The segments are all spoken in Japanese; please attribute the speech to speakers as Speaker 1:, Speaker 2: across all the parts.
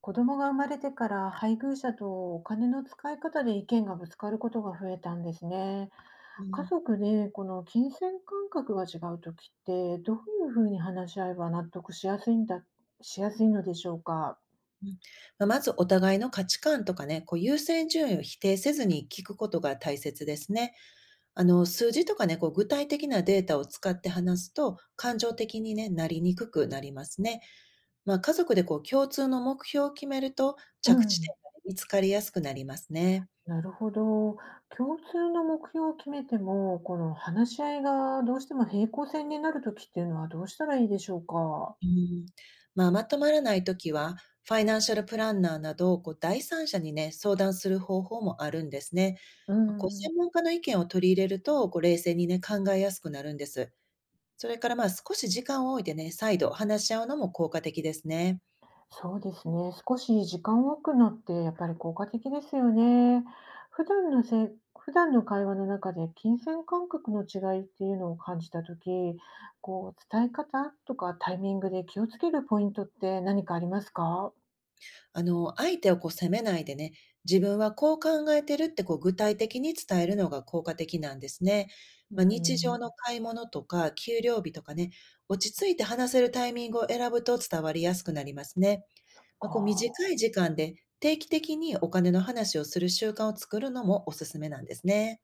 Speaker 1: 子供が生まれてから配偶者とお金の使い方で意見がぶつかることが増えたんですね。
Speaker 2: う
Speaker 1: 家
Speaker 2: ん、
Speaker 1: 族でこの金銭感覚が違うときってどういうふうに話し合えば納得しやすいんだ、しやすいのでしょうか。
Speaker 2: うん。まずお互いの価値観とかね、こう優先順位を否定せずに聞くことが大切ですね。数字とかね、こう具体的なデータを使って話すと、感情的にね、なりにくくなりますね。家族でこう共通の目標を決めると、
Speaker 1: う
Speaker 2: 着地点
Speaker 1: ん、
Speaker 2: がね見つかりやすくなりますね。
Speaker 1: なるほど。共通の目標を決めても、この話し合いがどうしても平行線になるときっていうのはどうしたらいいでしょうか。
Speaker 2: うん、まとまらないときは、ファイナンシャルプランナーなど、こう、第三者にね、相談する方法もあるんですね。
Speaker 1: う
Speaker 2: こう、
Speaker 1: ん、
Speaker 2: 専門家の意見を取り入れると、こう、冷静にね、考えやすくなるんです。それから、少し時間を置いてね、再度話し合うのも効果的ですね。
Speaker 1: そうですね。少し時間を置くのってやっぱり効果的ですよね。普段のせ普段の会話の中で金銭感覚の違いっていうのを感じたとき、こう伝え方とかタイミングで気をつけるポイントって何かありますか？
Speaker 2: 相手をこう責めないでね、自分はこう考えてるってこう具体的に伝えるのが効果的なんですね。
Speaker 1: う
Speaker 2: 日常の
Speaker 1: ん、
Speaker 2: 買い物とか給料日とかね、落ち着いて話せるタイミングを選ぶと伝わりやすくなりますね。
Speaker 1: か、
Speaker 2: こう短い時間で定期的にお金の話をする習慣を作るのもおすすめなんですね。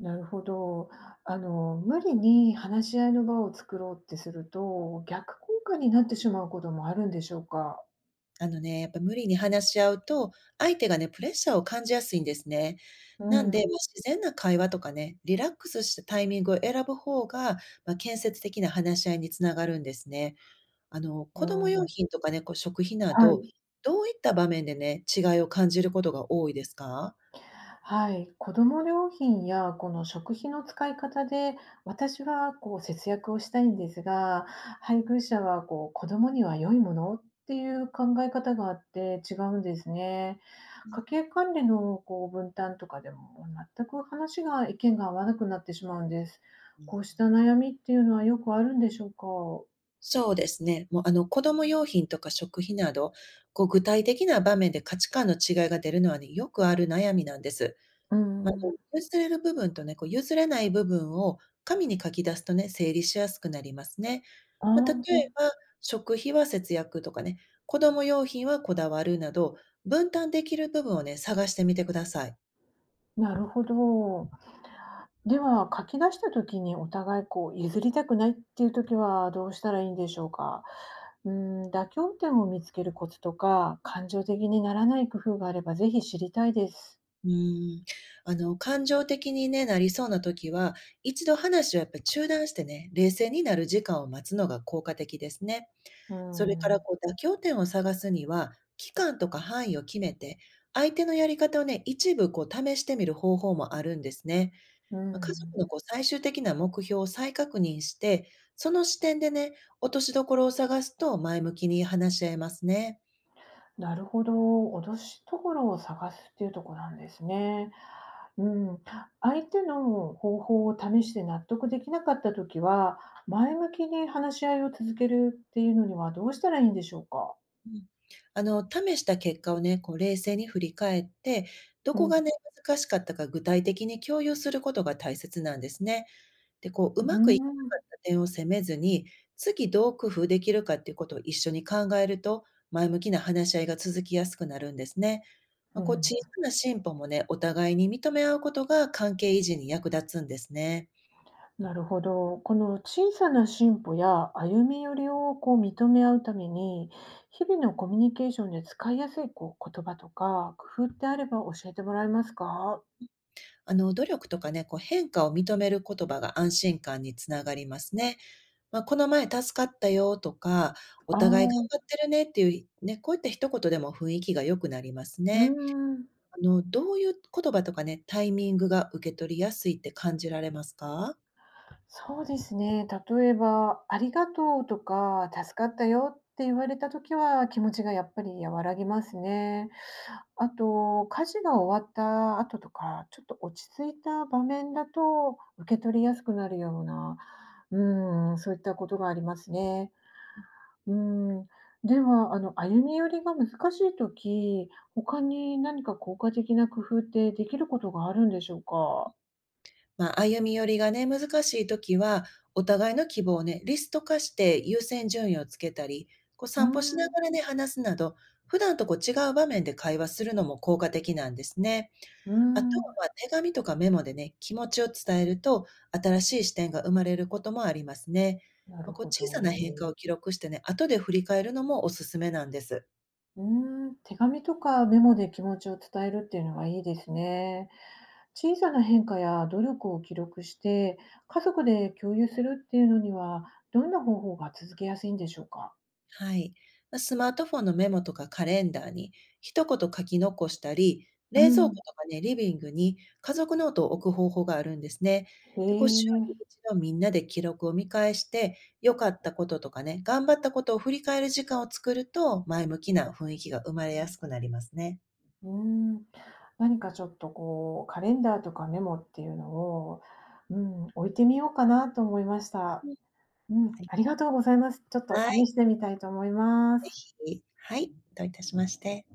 Speaker 1: なるほど。無理に話し合いの場を作ろうってすると、逆効果になってしまうこともあるんでしょうか？
Speaker 2: あのね、やっぱ無理に話し合うと、相手がね、プレッシャーを感じやすいんですね。
Speaker 1: う
Speaker 2: なんで、
Speaker 1: ん、
Speaker 2: 自然な会話とかね、リラックスしたタイミングを選ぶ方が、建設的な話し合いにつながるんですね。
Speaker 1: う
Speaker 2: 子供用
Speaker 1: ん、
Speaker 2: 品とかね、こう食費な
Speaker 1: は
Speaker 2: ど、
Speaker 1: い。
Speaker 2: どういった場面でね、違いを感じることが多いですか？
Speaker 1: はい、子ども料品やこの食費の使い方で、私はこう節約をしたいんですが、配偶者はこう子どもには良いものっていう考え方があって違うんですね。家計管理のこう分担とかでも全く話が意見が合わなくなってしまうんです。
Speaker 2: う
Speaker 1: こうし
Speaker 2: ん。
Speaker 1: た悩みっていうのはよくあるんでしょうか？
Speaker 2: そうですね。もう、子供用品とか食費など、こう具体的な場面で価値観の違いが出るのはね、よくある悩みなんです。
Speaker 1: う
Speaker 2: ま、で
Speaker 1: ん。
Speaker 2: も、譲れる部分とね、こう譲れない部分を紙に書き出すとね、整理しやすくなりますね。
Speaker 1: あ
Speaker 2: ま、例え
Speaker 1: あ、
Speaker 2: ば、食費は節約とかね、子供用品はこだわるなど、分担できる部分をね、探してみてください。
Speaker 1: なるほど。では、書き出した時にお互いこう譲りたくないっていう時はどうしたらいいんでしょうか？うん、妥協点を見つけるコツとか、感情的にならない工夫があればぜひ知りたいです。
Speaker 2: うーん、感情的にね、なりそうな時は、一度話をやっぱ中断してね、冷静になる時間を待つのが効果的ですね。
Speaker 1: う
Speaker 2: それから
Speaker 1: ん、
Speaker 2: こう妥協点を探すには、期間とか範囲を決めて、相手のやり方をね、一部こう試してみる方法もあるんですね。
Speaker 1: う
Speaker 2: 家族
Speaker 1: ん、
Speaker 2: のこう最終的な目標を再確認して、その視点でね、落としどころを探すと前向きに話し合えますね。
Speaker 1: なるほど、脅しところを探すっていうところなんですね。うん、相手の方法を試して納得できなかった時は、前向きに話し合いを続けるっていうのにはどうしたらいいんでしょうか？
Speaker 2: うん、試した結果をね、こう冷静に振り返って、ど
Speaker 1: う
Speaker 2: こ
Speaker 1: ん、う
Speaker 2: がね、難しかったか具体的に共有することが大切なんですね。で、こう、うまくいかな
Speaker 1: ん、
Speaker 2: かった点を責めずに、次どう工夫できるかっていうことを一緒に考えると、前向きな話し合いが続きやすくなるんですね。
Speaker 1: う
Speaker 2: こう、
Speaker 1: ん。
Speaker 2: 小さな進歩もね、お互いに認め合うことが関係維持に役立つんですね。
Speaker 1: なるほど。この小さな進歩や歩み寄りをこう認め合うために、日々のコミュニケーションで使いやすいこう言葉とか工夫ってあれば教えてもらえますか。
Speaker 2: 努力とかね、こう変化を認める言葉が安心感につながりますね。この前助かったよとか、お
Speaker 1: ああ
Speaker 2: 互い頑張っ
Speaker 1: ー、
Speaker 2: てるねっていう、ね、こういった一言でも雰囲気が良くなります
Speaker 1: うー
Speaker 2: ね。
Speaker 1: ん。
Speaker 2: どういう言葉とかね、タイミングが受け取りやすいって感じられますか？
Speaker 1: そうですね。例えば、ありがとうとか、助かったよって言われた時は気持ちがやっぱり和らぎますね。あと、家事が終わった後とか、ちょっと落ち着いた場面だと、受け取りやすくなるような、うん、そういったことがありますね。うん。では、歩み寄りが難しいとき、他に何か効果的な工夫ってできることがあるんでしょうか？
Speaker 2: 歩み寄りがね、難しいときは、お互いの希望をね、リスト化して優先順位をつけたり、こう
Speaker 1: うー
Speaker 2: 散歩しな
Speaker 1: ん、
Speaker 2: がらね、話すなど、普段とこう違う場面で会話するのも効果的なんですね。
Speaker 1: う
Speaker 2: あと
Speaker 1: ん、
Speaker 2: は、手紙とかメモでね、気持ちを伝えると、新しい視点が生まれることもありますね。
Speaker 1: なる
Speaker 2: こう
Speaker 1: ほ
Speaker 2: 小さな
Speaker 1: ど。
Speaker 2: 変化を記録してね、後で振り返るのもおすすめなんです。
Speaker 1: うん、手紙とかメモで気持ちを伝えるっていうのがいいですね。小さな変化や努力を記録して家族で共有するっていうのにはどんな方法が続けやすいんでしょうか。
Speaker 2: はい。ま、スマートフォンのメモとかカレンダーに一言書き残したり、
Speaker 1: う
Speaker 2: 冷蔵庫
Speaker 1: ん。
Speaker 2: とかね、リビングに家族ノートを置く方法があるんですね。
Speaker 1: へ
Speaker 2: で、こう週
Speaker 1: え。
Speaker 2: に一度みんなで記録を見返して、良かったこととかね、頑張ったことを振り返る時間を作ると、前向きな雰囲気が生まれやすくなりますね。
Speaker 1: うん。何かちょっとこうカレンダーとかメモっていうのを、うん、置いてみようかなと思いました。
Speaker 2: うん。
Speaker 1: うん。
Speaker 2: はい。
Speaker 1: ありがとうございます。ちょっと
Speaker 2: は
Speaker 1: 試
Speaker 2: い、
Speaker 1: してみたいと思います。
Speaker 2: はい、どういたしまして。